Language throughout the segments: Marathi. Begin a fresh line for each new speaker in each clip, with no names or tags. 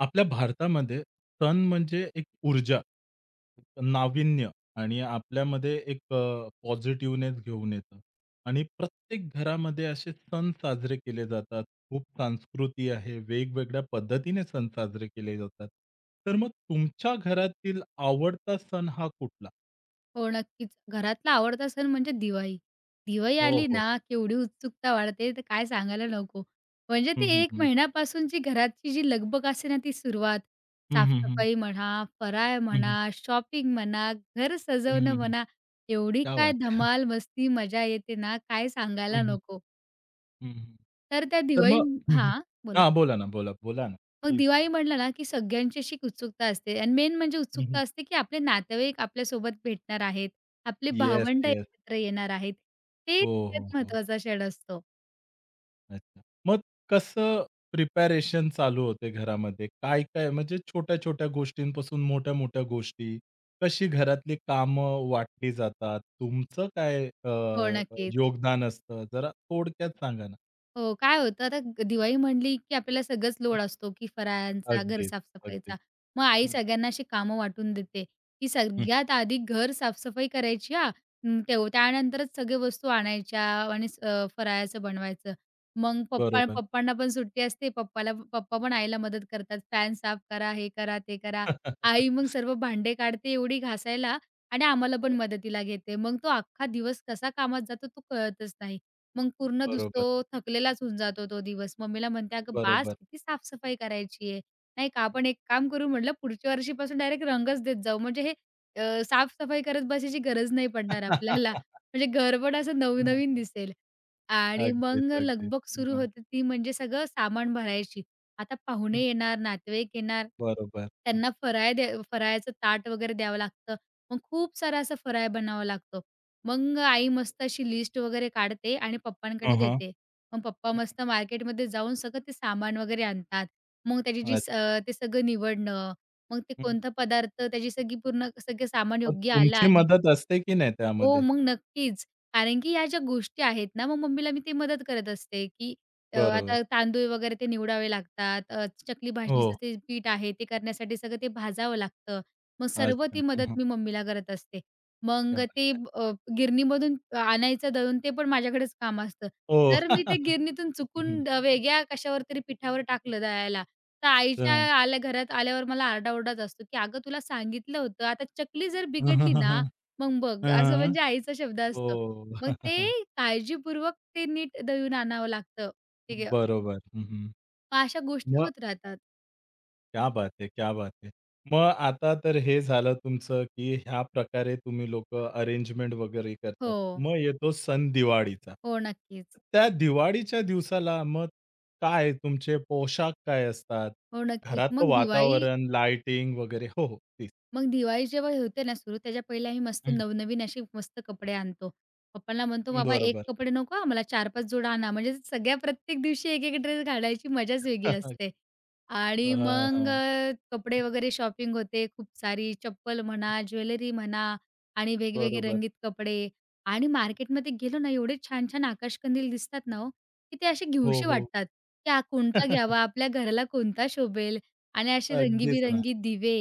आपल्या भारतामध्ये सण म्हणजे एक ऊर्जा, एक नाविन्य आणि आपल्यामध्ये एक पॉझिटिव्हनेस घेऊन येतं आणि प्रत्येक घरामध्ये असे सण साजरे केले जातात. खूप संस्कृती आहे, वेगवेगळ्या पद्धतीने सण साजरे केले जातात. तर मग तुमच्या घरातील आवडता सण हा कुठला?
हो, नक्कीच. घरातला आवडता सण म्हणजे दिवाळी. दिवाळी
हो,
आली
हो.
ना, केवढी उत्सुकता वाढते तर काय सांगायला नको. म्हणजे
हं,
ती
हं,
1
हं.
महिन्यापासूनची घराची जी लगबग असते ना, ती सुरुवात.
हं, हं, हं.
साफसफाई म्हणा, फराळ
हं,
म्हणा,
हं.
शॉपिंग म्हणा, घर सजवणं
हं,
म्हणा, एवढी
क्या
काय
बात है!
धमाल, मस्ती, मजा येते ना, काय
हं,
सांगायला
हं.
नको.
हं,
तर त्या
तर
दिवाळी
मग हं, हं.
हां, बोला.
हां, बोला ना. बोला, बोला ना.
मग दिवाळी म्हटलं ना, की सगळ्यांची अशी एक उत्सुकता असते आणि मेन म्हणजे उत्सुकता असते, की आपले नातेवाईक आपल्यासोबत भेटणार आहेत, आपले
येस,
भावंड
येस.
एकत्र येणार आहेत. ते
हो, हो,
सगळ्यात
हो.
महत्त्वाचा क्षण असतो.
अच्छा. मग कसं प्रिपरेशन चालू होते घरामध्ये? काय-काय म्हणजे छोट्या-छोट्या गोष्टींपासून मोठ्या-मोठ्या गोष्टी, कशी घरातली कामं वाटली जातात? तुमचं काय
हो, नक्कीच.
योगदान असतं? जरा थोडक्यात सांगा ना.
हो, काय होतं आता दिवाळी म्हणली, की आपल्याला सगळंच
हं.
लोड असतो, की फराळांचा, घर
अगदीच,
साफसफाईचा
अगदीच.
सफाईचा मग आई
हं.
सगळ्यांना अशी कामं वाटून देते, की
हं.
सगळ्यात आधी घर साफसफाई करायची हां. अं, तेव त्यानंतरच सगळ्या वस्तू आणायच्या आणि फराळाचं बनवायचं. मग पप्पा
बरोबर.
पप्पांना पण सुट्टी असते. पप्पा पण आईला मदत करतात. फॅन साफ करा, हे करा, ते करा. आई मग सर्व भांडे काढते एवढी घासायला आणि आम्हाला पण मदतीला घेते. मग तो अख्खा दिवस कसा कामात जातो तो कळतच नाही. मग पूर्ण
बरोबर,
दिसतो थकलेलाच होऊन जातो तो दिवस. मम्मीला म्हणते, "अगं बास,
बरोबर.
किती साफसफाई करायची आहे. नाही का
हं.
आपण एक काम करू," म्हटलं, "पुढच्या वर्षीपासून डायरेक्ट रंगच देत जाऊ. म्हणजे हे साफ-सफाई करत बसायची गरज नाही पडणार आपल्याला. म्हणजे घर पण असं
हं.
नवनवीन दिसेल." आणि मग
अगदीच, अगदीच.
लगबग
हं,
सुरू
हं.
होते ती म्हणजे सगळं सामान भरायची. आता पाहुणे येणार, नातेवाईक येणार,
बरोबर. हं.
त्यांना फराळ द्या फराळाचं ताट वगैरे द्यावं लागतं. मग खूप सारं असं फराळ बनावं लागतं. मग आई मस्त अशी लिस्ट वगैरे काढते आणि पप्पांकडे देते. मग पप्पा
हं.
मस्त मार्केटमध्ये जाऊन सगळं ते सामान वगैरे आणतात. मग त्याची जी
अच्छा.
ते सगळं निवडणं, मग ते कोणता पदार्थ त्याची सगळी पूर्ण सगळं सामान
मग
योग्य आलं
तुमची
आहे.
मदत असते की नाही
हो,
त्यामध्ये?
मग नक्कीच. कारण की या ज्या गोष्टी आहेत ना, मग मम्मीला मी ते मदत करत असते, की
बरोबर.
आता तांदूळ वगैरे ते निवडावे लागतात. चकली
हो.
भाजणीचं ते पीठ आहे, ते करण्यासाठी सगळं ते भाजावं लागतं. मग सर्व
अच्छा.
ती
हं,
मदत
हं.
मी मम्मीला करत असते.
क्या
मग ते
बात है.
अ, गिरणीमधून आणायचं दळून, ते पण माझ्याकडेच काम असतं.
हो.
जर मी ते गिरणीतून
हं, हं.
चुकून वेगळ्या कशावर तरी पिठावर टाकलं दळायला, तर
तर
आईच्या आल्या घरात आल्यावर मला आरडाओरडाच असतो, की "अगं तुला सांगितलं होतं, आता चकली जर
हं, हं,
बिघडली
हं,
ना,
हं.
मग बघ," असं
हं, हं.
म्हणजे आईचा शब्द असतो.
हो.
मग ते काळजीपूर्वक ते नीट दळून आणावं लागतं. ठीक आहे.
बरोबर. हं, हं.
मग अशा गोष्टी
मग?
होत राहतात.
क्या बात है! क्या बात है! मग आता तर हे झालं तुमचं, की ह्या प्रकारे तुम्ही लोकं अरेंजमेंट वगैरे
हो.
करतात. मग येतो सण दिवाळीचा.
हो, नक्कीच.
त्या दिवाळीच्या दिवसाला मग काय तुमचे पोशाख काय असतात?
हो, नक्कीच.
घरातलं
मग दिवाळी
वातावरण, लाइटिंग वगैरे हो, हो. प्लीज.
मग दिवाळी जेव्हा होते ना सुरू, त्याच्या पहिले आम्ही मस्त
हं.
नवनवीन असे मस्त कपडे आणतो. पप्पांना म्हणतो, "बाबा, एक
बरोबर.
कपडे नको आम्हाला 4-5 जोडा आणा." म्हणजे सगळ्या प्रत्येक दिवशी एक-एक ड्रेस घालायची मजाच वेगळी असते. आणि
हां,
मग
हां.
कपडे वगैरे शॉपिंग होते खूप सारी. चप्पल म्हणा, ज्वेलरी म्हणा आणि वेगवेगळे
बरोबर.
रंगीत कपडे. आणि मार्केटमध्ये गेलो ना, एवढे छान-छान आकाशकंदील दिसतात ना हो, की ते असे
हो,
घेऊशे
हो.
वाटतात, की हा कोणता घ्यावा, आपल्या घराला कोणता शोभेल. आणि असे
अगदीच ना.
रंगीबेरंगी दिवे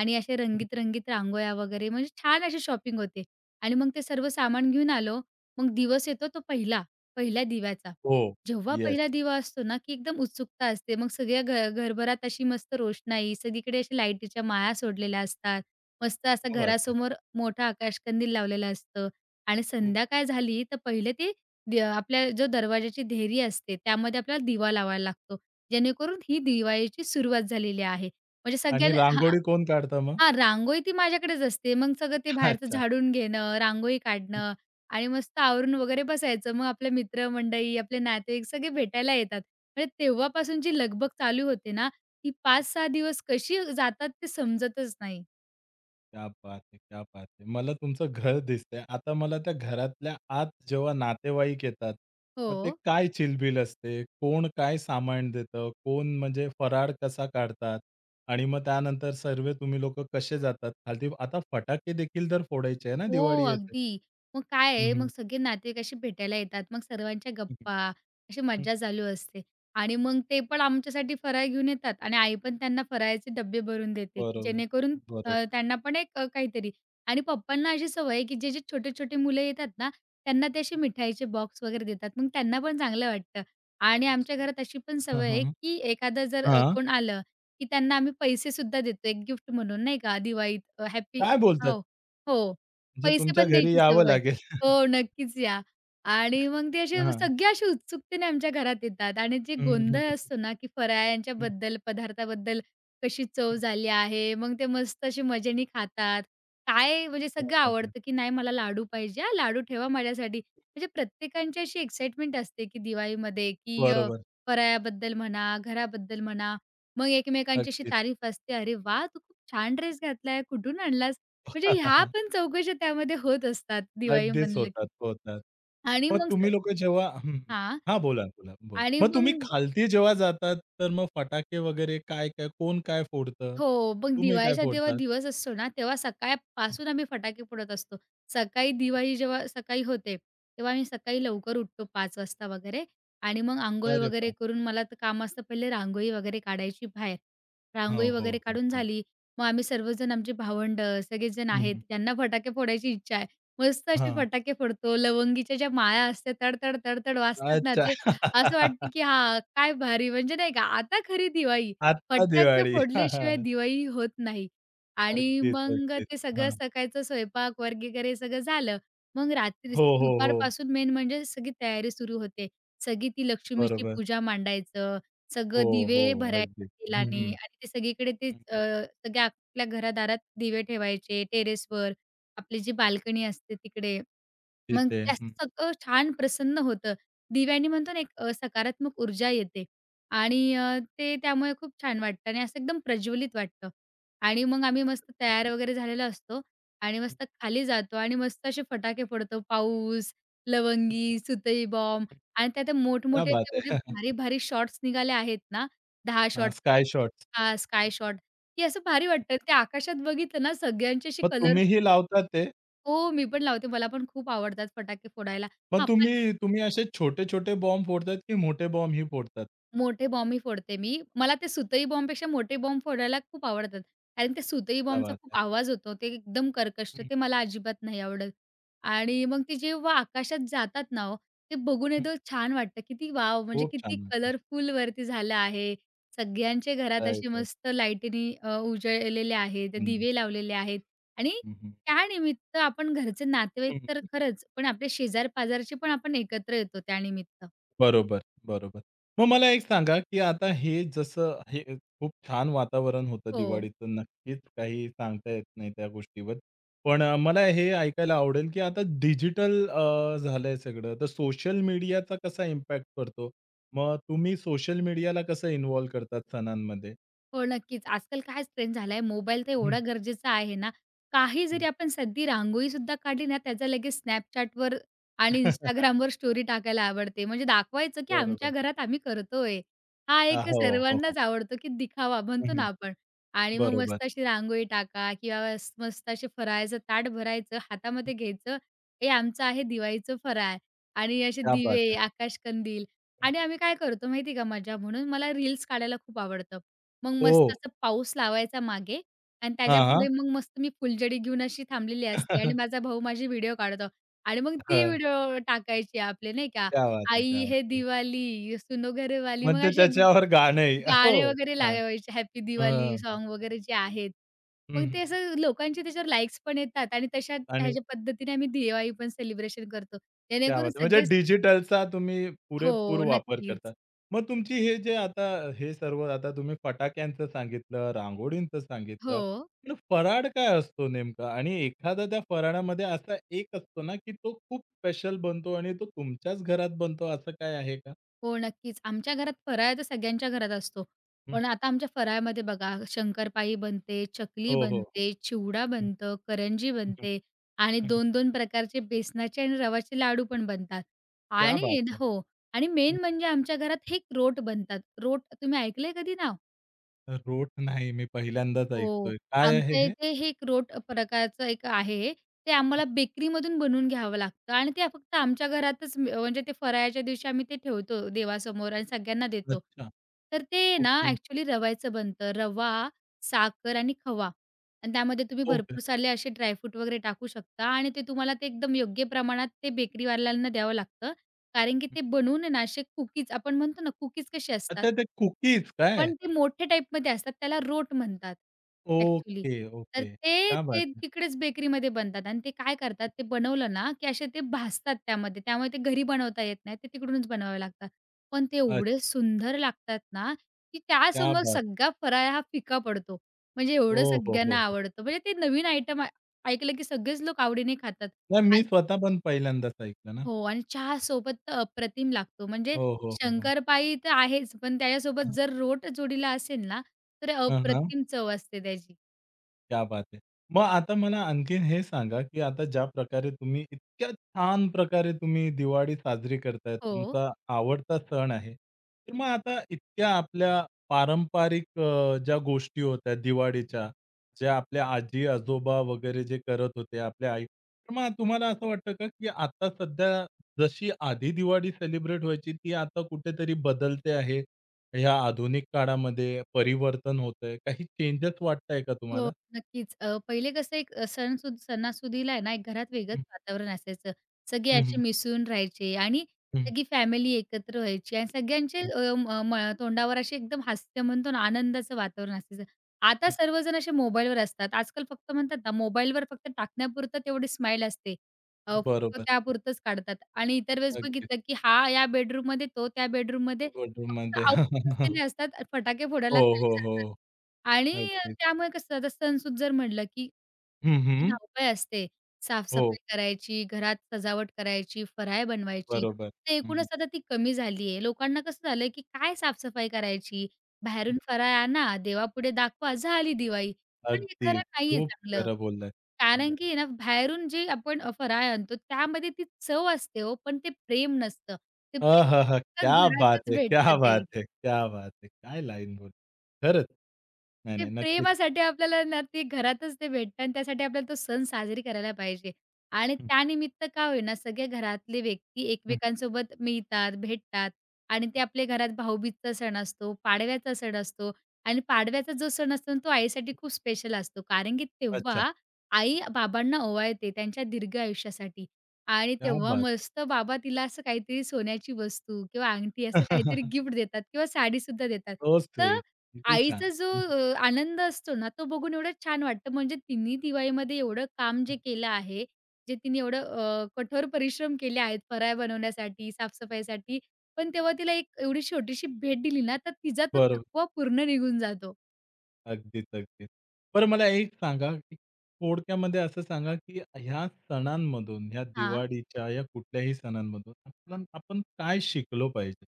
आणि असे रंगीत-रंगीत रांगोळ्या वगैरे म्हणजे छान अशी शॉपिंग होते. आणि मग ते सर्व सामान घेऊन आलो. मग दिवस येतो तो पहिला, पहिल्या दिव्याचा.
हो.
जेव्हा
येस.
पहिला दिवा असतो ना, की एकदम उत्सुकता असते. मग सगळ्या घरभरात अशी मस्त रोषणाई, सगळीकडे अशा लाईटीच्या माळा सोडलेल्या असतात. मस्त असा
क्या बात है!
घरासमोर मोठा आकाशकंदील लावलेला असतं आणि संध्याकाळ झाली तर पहिले ते आपल्या जो दरवाजाची देहरी असते, त्यामध्ये आपल्याला दिवा लावायला लागतो. जेणेकरून ही दिवाळीची सुरुवात झालेली आहे. म्हणजे
आणि
सगळ्यांना.
रांगोळी कोण काढतं मग?
हां, रांगोळी ती माझ्याकडेच असते. मग सगळं ते बाहेरचं
अच्छा.
झाडून घेणं, रांगोळी काढणं आणि मस्त आवरून वगैरे बसायचं. मग आपले मित्रमंडळी, आपले नातेवाईक सगळे भेटायला येतात. म्हणजे तेव्हापासून जी लगबग चालू होते ना, ती 5-6 दिवस कशी जातात ते समजतच नाही.
क्या बात है! क्या बात है! मला तुमचं घर दिसतंय. आता मला त्या घरातल्या आत जेव्हा नातेवाईक येतात, मग ते
हो.
काय चिलबिल असते? कोण काय सामान देतं? कोण म्हणजे फराळ कसा काढतात? आणि मग त्यानंतर सर्व तुम्ही लोकं कसे जातात खालती? आता फटाके देखील तर फोडायचे आहे ना
हो,
दिवाळी येते.
अगदी. मग काय
हं,
आहे, मग
हं.
सगळे नातेवाईक असे भेटायला येतात. मग सर्वांच्या
हं,
गप्पा, अशी मज्जा चालू असते. आणि मग ते पण आमच्यासाठी फराळ घेऊन येतात आणि आई पण त्यांना फराळाचे डब्बे भरून देते, की
बरोबर.
जेणेकरून
बरोबर.
त्यांना पण एक काहीतरी. आणि पप्पांना अशी सवय आहे, की जे जे छोटे-छोटे मुलं येतात ना, त्यांना ते असे मिठाईचे बॉक्स वगैरे देतात. मग त्यांना पण चांगलं वाटतं. आणि आमच्या
पोहोचतो.
घरात अशी पण
हां,
सवय आहे,
हां.
की एखादं जर कोण आलं, की त्यांना आम्ही पैसेसुद्धा देतो एक गिफ्ट म्हणून, नाही का? दिवाळीत हॅपी.
काय बोलतात?
हो, हो.
म्हणजे
पैसे
तुमच्या
पण
घरी
द्यायची
यावं
सवय.
लागेल.
हो, नक्कीच या. आणि मग ते असे
हां.
सगळे असे उत्सुकतेने आमच्या घरात येतात आणि जे
हं, हं, हं,
गोंधळ
हं.
असतो ना, की फराळांच्याबद्दल, पदार्थाबद्दल, कशी चव झाली आहे. मग ते मस्त अशी मजेने खातात. काय म्हणजे
क्या
सगळं
बात है!
आवडतं, की नाही मला लाडू पाहिजे हां, लाडू ठेवा माझ्यासाठी. म्हणजे प्रत्येकांची अशी एक्साईटमेंट असते, की दिवाळीमध्ये की
बरोबर.
फराळाबद्दल म्हणा, घराबद्दल म्हणा. मग एकमेकांची अशी
अगदी.
तारीफ असते, "अरे वाह! तू खूप छान ड्रेस घातलाय. कुठून आणलास?" म्हणजे ह्या पण चौकशा त्यामध्ये होत असतात दिवाळी
अगदीच
म्हणलं
होतात,
की.
होतात.
आणि
मग
मग
तुम्ही लोकं जेव्हा हं, हं.
हां.
हां, बोला, बोला, बोला.
आणि
मग
मग
तुम्ही खालती जेव्हा जातात, तर मग फटाके वगैरे काय-काय, कोण काय फोडतं?
हो, मग
तुम्ही काय
दिवाळीचा जेव्हा
फोडतात?
दिवस असतो ना, तेव्हा सकाळपासून आम्ही फटाके फोडत असतो. सकाळी दिवाळी जेव्हा सकाळी होते, तेव्हा आम्ही सकाळी लवकर उठतो 5 वाजता वगैरे आणि मग अंघोळ
अरे
वगैरे
बाप!
करून मला तर काम असतं पहिले रांगोळी वगैरे काढायची बाहेर.
हो,
रांगोळी
हो,
वगैरे
हो,
काढून
हो.
झाली, मग आम्ही सर्वजण आमचे भावंडं सगळेजण
हं,
आहेत,
हं.
ज्यांना फटाके फोडायची इच्छा आहे. मस्त असे
हां.
फटाके फोडतो. लवंगीच्या ज्या माळ्या असतात तड-तड, तडतड वाजतात ना,
अच्छा.
ते असं वाटतं की हां, काय भारी म्हणजे नाही का, आता खरी दिवाळी.
आत्ता
फटाके
दिवाळी. हां,
फोडल्याशिवाय
हां.
दिवाळी होत नाही. आणि
अगदीच,
मग
अगदीच.
ते सगळं
हां.
सकाळचं स्वयंपाक वगैरे सगळं झालं. मग रात्री
हो, हो, हो.
दुपारपासून मेन म्हणजे सगळी तयारी सुरू होते. सगळी ती लक्ष्मीची
बरोबर.
पूजा मांडायचं,
हो,
सगळं दिवे
हो.
भरायचे
अगदी. हं,
तेलाने
हं.
आणि ते सगळीकडे ते
हं.
सगळ्या आपल्या घरादारात दिवे ठेवायचे, टेरेसवर, आपली जी बाल्कनी असते तिकडे. मग
तिथे.
ते
हं.
असं सगळं छान प्रसन्न होतं. दिव्यानी म्हणतो ना, एक सकारात्मक ऊर्जा येते आणि ते त्यामुळे खूप छान वाटतं आणि असं एकदम प्रज्वलित वाटतं. आणि मग आम्ही मस्त तयार वगैरे झालेलो असतो आणि मस्त खाली जातो आणि मस्त असे फटाके फोडतो. पाऊस, लवंगी, सुतई बॉम्ब आणि त्यात ते
क्या
मोठमोठे
बात
एवढे
है!
भारी-भारी शॉट्स निघाले आहेत ना, 10 shots,
sky shots.
Sky shot, की असं भारी वाटतं. ते आकाशात बघितलं ना, सगळ्यांचे असे
मग
कलर.
तुम्हीही लावता ते?
हो, मी पण लावते. मला पण खूप आवडतात फटाके फोडायला.
मग
हां,
तुम्ही तुम्ही असे छोटे-छोटे बॉम्ब फोडतात, की मोठे बॉम्ब ही फोडतात?
मोठे बॉम्बही फोडते मी. मला ते सुतई बॉम्बपेक्षा मोठे बॉम्ब फोडायला खूप आवडतात. कारण ते सुतई
क्या
बॉम्बचा
बात
खूप
है!
आवाज होतो. ते एकदम कर्कश. तर
हं,
ते मला अजिबात नाही आवडत. आणि मग ते जेव्हा आकाशात जातात ना हो, ते बघून
हं.
एकदम छान वाटतं. किती वॉव! म्हणजे
खूप छान
किती
वाटलं.
कलरफुल वरती झालं आहे. सगळ्यांच्या घरात
राइट,
असे
राइट.
मस्त लाईटीनी उजळलेले आहेत,
सुंदर.
दिवे लावलेले आहेत. आणि
हं, हं.
त्यानिमित्त आपण घरचे नातेवाईक तर
हं.
खरंच, पण आपले शेजार-पाजारचे पण आपण एकत्र येतो त्यानिमित्त.
बरोबर, बरोबर. मग मला एक सांगा, की आता हे जसं हे खूप छान वातावरण होतं
हो.
दिवाळीचं. नक्कीच काही सांगता येत नाही त्या गोष्टीवर. पण मला हे ऐकायला आवडेल, की आता डिजिटल झालंय सगळं. तर सोशल मीडियाचा कसा इम्पॅक्ट पडतो? मग तुम्ही सोशल मीडियाला कसं इन्व्हॉल्व करतात सणांमध्ये?
हो, नक्कीच. आजकाल काय ट्रेंड झालाय, मोबाईल तर
हं,
एवढा गरजेचा आहे ना, काही
हं.
जरी आपण साधी सुद्धा काढली ना, त्याचा लगेच Snapchatवर आणि Instagramवर स्टोरी टाकायला आवडते. म्हणजे दाखवायचं, की आमच्या
बरोबर.
घरात आम्ही करतोय. हा एक
हो, हो, हो.
सर्वांनाच आवडतो, की दिखावा
हं,
म्हणतो ना
हं.
आपण. आणि मग
बरोबर.
मस्त अशी रांगोळी टाका किंवा मस्त असे फराळाचं ताट भरायचं, हातामध्ये घ्यायचं, "हे आमचं आहे दिवाळीचं फराळ," आणि असे
क्या बात
दिवे,
है!
आकाशकंदील. आणि आम्ही काय करतो माहिती का मजा म्हणून, मला रील्स काढायला खूप आवडतं. मग
ओह!
मस्त असा पाऊस लावायचा मागे आणि
हां, हां.
त्याच्यापुढे मग मस्त मी फुलझडी घेऊन अशी थांबलेली असते आणि माझा भाऊ माझे व्हिडिओ काढतो आणि मग ती
हां.
व्हिडिओ टाकायची आपले नाही का,
क्या बात है!
"आई
क्या
हे
बात है!
दिवाली, सुनो घरवाली."
मग
मग
ते
असे
त्याच्यावर गाणंही. हो.
गाणे वगैरे
हां.
लागायचे हॅपी दिवाली
हं, हं.
सॉन्ग वगैरे जे आहेत. मग
हं.
ते असं लोकांचे त्याच्यावर लाईक्स पण येतात आणि तशा
आणि
ह्याच्या पद्धतीने आम्ही दिवाळी पण सेलिब्रेशन करतो.
क्या बात
जेणेकरून
है! म्हणजे
सगळेच.
डिजिटलचा तुम्ही पुरेपूर
हो,
वापर करता.
नक्कीच.
मग तुमची हे जे आता हे सर्व आता तुम्ही फटाक्यांचं सांगितलं, रांगोळींचं
हो.
सांगितलं. पण फराळ काय असतो नेमका? आणि एखादा त्या फराळामध्ये असा एक असतो ना, की तो खूप स्पेशल बनतो आणि तो तुमच्याच घरात बनतो असं काय आहे का?
हो, नक्कीच. आमच्या घरात फराळ तर सगळ्यांच्या घरात असतो.
हं.
पण आता आमच्या फराळमध्ये बघा शंकरपाळी बनते, चकली
हो, हो.
बनते, चिवडा
हं,
बनतं, करंजी
हं, हं,
बनते आणि
हं, हं.
2-2 प्रकारचे बेसनाचे आणि रवाचे लाडू पण बनतात.
क्या
आणि
बात है!
हो, आणि मेन
हं.
म्हणजे आमच्या घरात हे रोट बनतात. रोट तुम्ही ऐकलंय कधी नाव?
रोट नाही मी पहिल्यांदाच
हो.
ऐकतोय. काय आहे
आमच्या
हे?
इथे हे एक रोट प्रकारचं एक आहे. ते
हं.
आम्हाला बेकरीमधून बनवून घ्यावं लागतं आणि ते फक्त आमच्या घरातच म्हणजे ते फराळाच्या दिवशी आम्ही ते ठेवतो देवासमोर आणि सगळ्यांना देतो.
अच्छा.
तर ते ना
ओके,
ॲक्चुअली रव्याचं बनतं. रवा, साखर आणि खवा आणि त्यामध्ये तुम्ही
ओके.
भरपूर सारे असे ड्रायफ्रूट वगैरे टाकू शकता आणि ते तुम्हाला ते एकदम योग्य प्रमाणात ते बेकरीवाल्यांना द्यावं लागतं, कारण की
हं.
ते बनवून आहे ना असे कुकीज आपण म्हणतो ना कुकीज कसे असतात.
अच्छा ते कुकीज काय?
पण ते मोठे टाइपमध्ये असतात. त्याला रोट म्हणतात ॲक्चुअली.
ओके,
तर
ओके.
ते
क्या बात
ते
है!
तिकडेच बेकरीमध्ये बनतात आणि ते काय करतात ते बनवलं ना, की असे ते भाजतात त्यामध्ये. त्यामुळे ते घरी बनवता येत नाही. ते तिकडूनच बनवावे लागतात. पण ते एवढे
अच्छा,
सुंदर लागतात ना, की
क्या
त्यासमोर
बात!
सगळा फराळ हा फिका पडतो. म्हणजे
हो,
एवढं
हो, हो,
सगळ्यांना
हो.
आवडतं. म्हणजे ते नवीन आयटम ऐकलं की सगळेच लोक आवडीने खातात.
नाही मी स्वतः पण पहिल्यांदाच ऐकलं ना.
हो, आणि चहासोबत तर अप्रतिम लागतो. म्हणजे
हो, हो, हो, हो.
शंकरपाळी तर आहेच, पण त्याच्यासोबत
हां,
जर रोट जोडीला असेल ना, तर
हां, हां.
अप्रतिम चव असते त्याची.
क्या बात है! मग आता मला आणखीन हे सांगा, की आता ज्या प्रकारे तुम्ही इतक्या छान प्रकारे तुम्ही दिवाळी साजरी करताय,
हो.
तुमचा आवडता सण आहे. तर मग आता इतक्या आपल्या पारंपरिक ज्या गोष्टी होत्या दिवाळीच्या, ज्या आपल्या आजी-आजोबा वगैरे जे करत होते, आपल्या आई तर मग तुम्हाला असं वाटतं का, की आता सध्या जशी आधी दिवाळी सेलिब्रेट व्हायची, ती आता कुठेतरी बदलते आहे? ह्या आधुनिक काळामध्ये परिवर्तन होतंय, काही चेंजेस वाटताय का
हो,
तुम्हाला?
नक्कीच. पहिले कसं एक सणासुदीला आहे ना, एक घरात वेगळंच
हं.
वातावरण असायचं. सगळे
हं, हं.
असे मिसळून राहायचे आणि
हं,
सगळी फॅमिली एकत्र व्हायची आणि सगळ्यांचे
हं,
अ, म म तोंडावर असे एकदम हास्य म्हणतो ना, आनंदाचं वातावरण असायचं. आता
हं.
सर्वजण असे मोबाईलवर असतात. आजकाल फक्त म्हणतात ना, मोबाईलवर फक्त टाकण्यापुरतं तेवढी स्माईल असते. फोटो
बरोबर.
त्यापुरतंच काढतात आणि इतर वेळेस
अगदीच.
बघितलं, की हा या बेडरूममध्ये, तो त्या बेडरूममध्ये फक्त
बेडरूममध्ये.
आवरून बसलेले असतात. फटाके
हो,
फोडायला खाली
हो,
जातात.
हो.
आणि
अगदीच.
त्यामुळे कसं आता सणसूद जर म्हटलं, की
हं,
इतकी
हं.
धावपळ असते. साफ
हो,
करायची, घरात सजावट करायची, फराळ बनवायची.
बरोबर.
तर
हं,
एकूणच आता ती कमी झाली आहे. लोकांना कसं झालंय, की काय साफ करायची?
हं.
बाहेरून फराळ आणा, देवापुढे दाखवा, झाली दिवाळी. पण हे
अगदी.
खरं नाहीये
खूप
चांगलं.
खरं बोललात. हं.
कारण की आहे ना, बाहेरून जे आपण फराळ आणतो त्यामध्ये ती चव असते हो, पण ते प्रेम नसतं. ते प्रेम
आहाहा!
फक्त
क्या बात
घरातच
है! क्या
भेटतं ते.
बात है! क्या बात है! काय लाईन बोलली. खरंच. नाही,
ते
नाही. नक्कीच.
प्रेमासाठी आपल्याला ना, ते घरातच ते भेटतं आणि त्यासाठी आपल्याला तो सण साजरी करायला पाहिजे. आणि
हं,
त्यानिमित्त का होईना सगळे घरातले व्यक्ती
हं.
एकमेकांसोबत मिळतात, भेटतात आणि ते आपल्या घरात भाऊबीजचा सण असतो, पाडव्याचा सण असतो. आणि पाडव्याचा जो सण असतो ना, तो आईसाठी खूप स्पेशल असतो. कारण की
अच्छा.
तेव्हा आई बाबांना ओवाळते त्यांच्या दीर्घ आयुष्यासाठी आणि
क्या
तेव्हा
बात है!
मस्त बाबा तिला असं काहीतरी सोन्याची वस्तू किंवा अंगठी असं काहीतरी गिफ्ट देतात किंवा साडीसुद्धा देतात.
सो
तर
स्वीट. किती छान.
आईचा जो
हं, हं,
आनंद असतो ना, तो बघून एवढं छान वाटतं. म्हणजे तिने दिवाळीमध्ये एवढं काम
हं.
जे केलं आहे, जे तिने एवढं कठोर परिश्रम केले आहेत फराळ बनवण्यासाठी, साफसफाईसाठी, पण तेव्हा तिला एक एवढी छोटीशी भेट दिली ना, तर तिचा तो
बरोबर.
थकवा पूर्ण निघून जातो.
अगदीच, अगदीच. बरं मला एक सांगा, की थोडक्यामध्ये असं सांगा, की ह्या सणांमधून, ह्या
हां.
दिवाळीच्या, या कुठल्याही सणांमधून आपण आपण काय शिकलो पाहिजे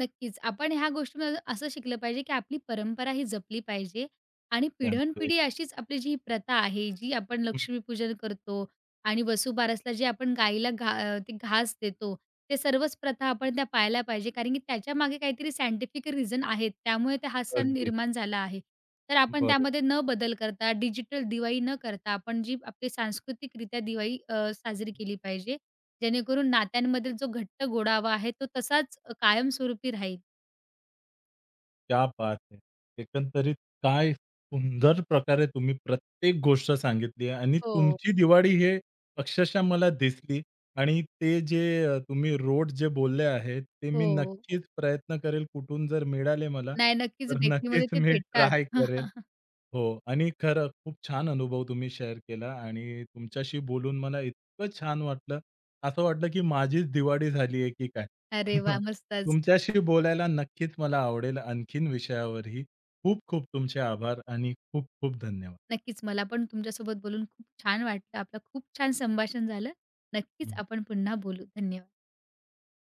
नक्कीच. आपण ह्या गोष्टीतून असं शिकलं पाहिजे, की आपली परंपरा ही जपली पाहिजे आणि
त्यामध्ये?
पिढ्यानपिढी अशीच आपली जी प्रथा आहे, जी आपण
हं,
लक्ष्मीपूजन करतो आणि वसुबारसला जे आपण गाईला ते घास देतो, ते सर्वच प्रथा आपण त्या पाळल्या पाहिजे. कारण की त्याच्यामागे काहीतरी सायंटिफिक रिझन आहेत. त्यामुळे ते हा सण
अगदीच.
निर्माण झाला आहे. तर आपण त्यामध्ये
बरोबर.
न बदल करता, डिजिटल दिवाळी न करता, आपण जी आपली सांस्कृतिकरित्या दिवाळी साजरी केली पाहिजे. जेणेकरून नात्यांमधील जो घट्ट गोडावा आहे तो तसाच कायमस्वरूपी राहील.
क्या बात है! एकंदरीत काय सुंदर प्रकारे तुम्ही प्रत्येक गोष्ट सांगितली आहे. आणि
हो,
तुमची दिवाळी हे अक्षरशः मला दिसली आणि ते जे तुम्ही रोड जे बोलले आहेत, ते मी
हो.
नक्कीच प्रयत्न करेल कुठून जर मिळाले मला,
नाही, नक्कीच
तर
बेकरीमध्ये
नक्कीच
ते
मी
भेटतात.
ट्राय करेल. हो आणि खरं खूप छान अनुभव तुम्ही शेअर केला आणि तुमच्याशी बोलून मला इतकं छान वाटलं असं वाटलं की माझीच दिवाळी झाली आहे की काय?
अरे वाह! मस्तच.
तुमच्याशी बोलायला नक्कीच मला आवडेल आणखीन विषयावरही. खूप खूप तुमचे आभार आणि खूप खूप धन्यवाद.
नक्कीच मला पण तुमच्यासोबत बोलून खूप छान वाटलं. आपलं खूप छान संभाषण झालं. नक्कीच आपण पुन्हा बोलू. धन्यवाद.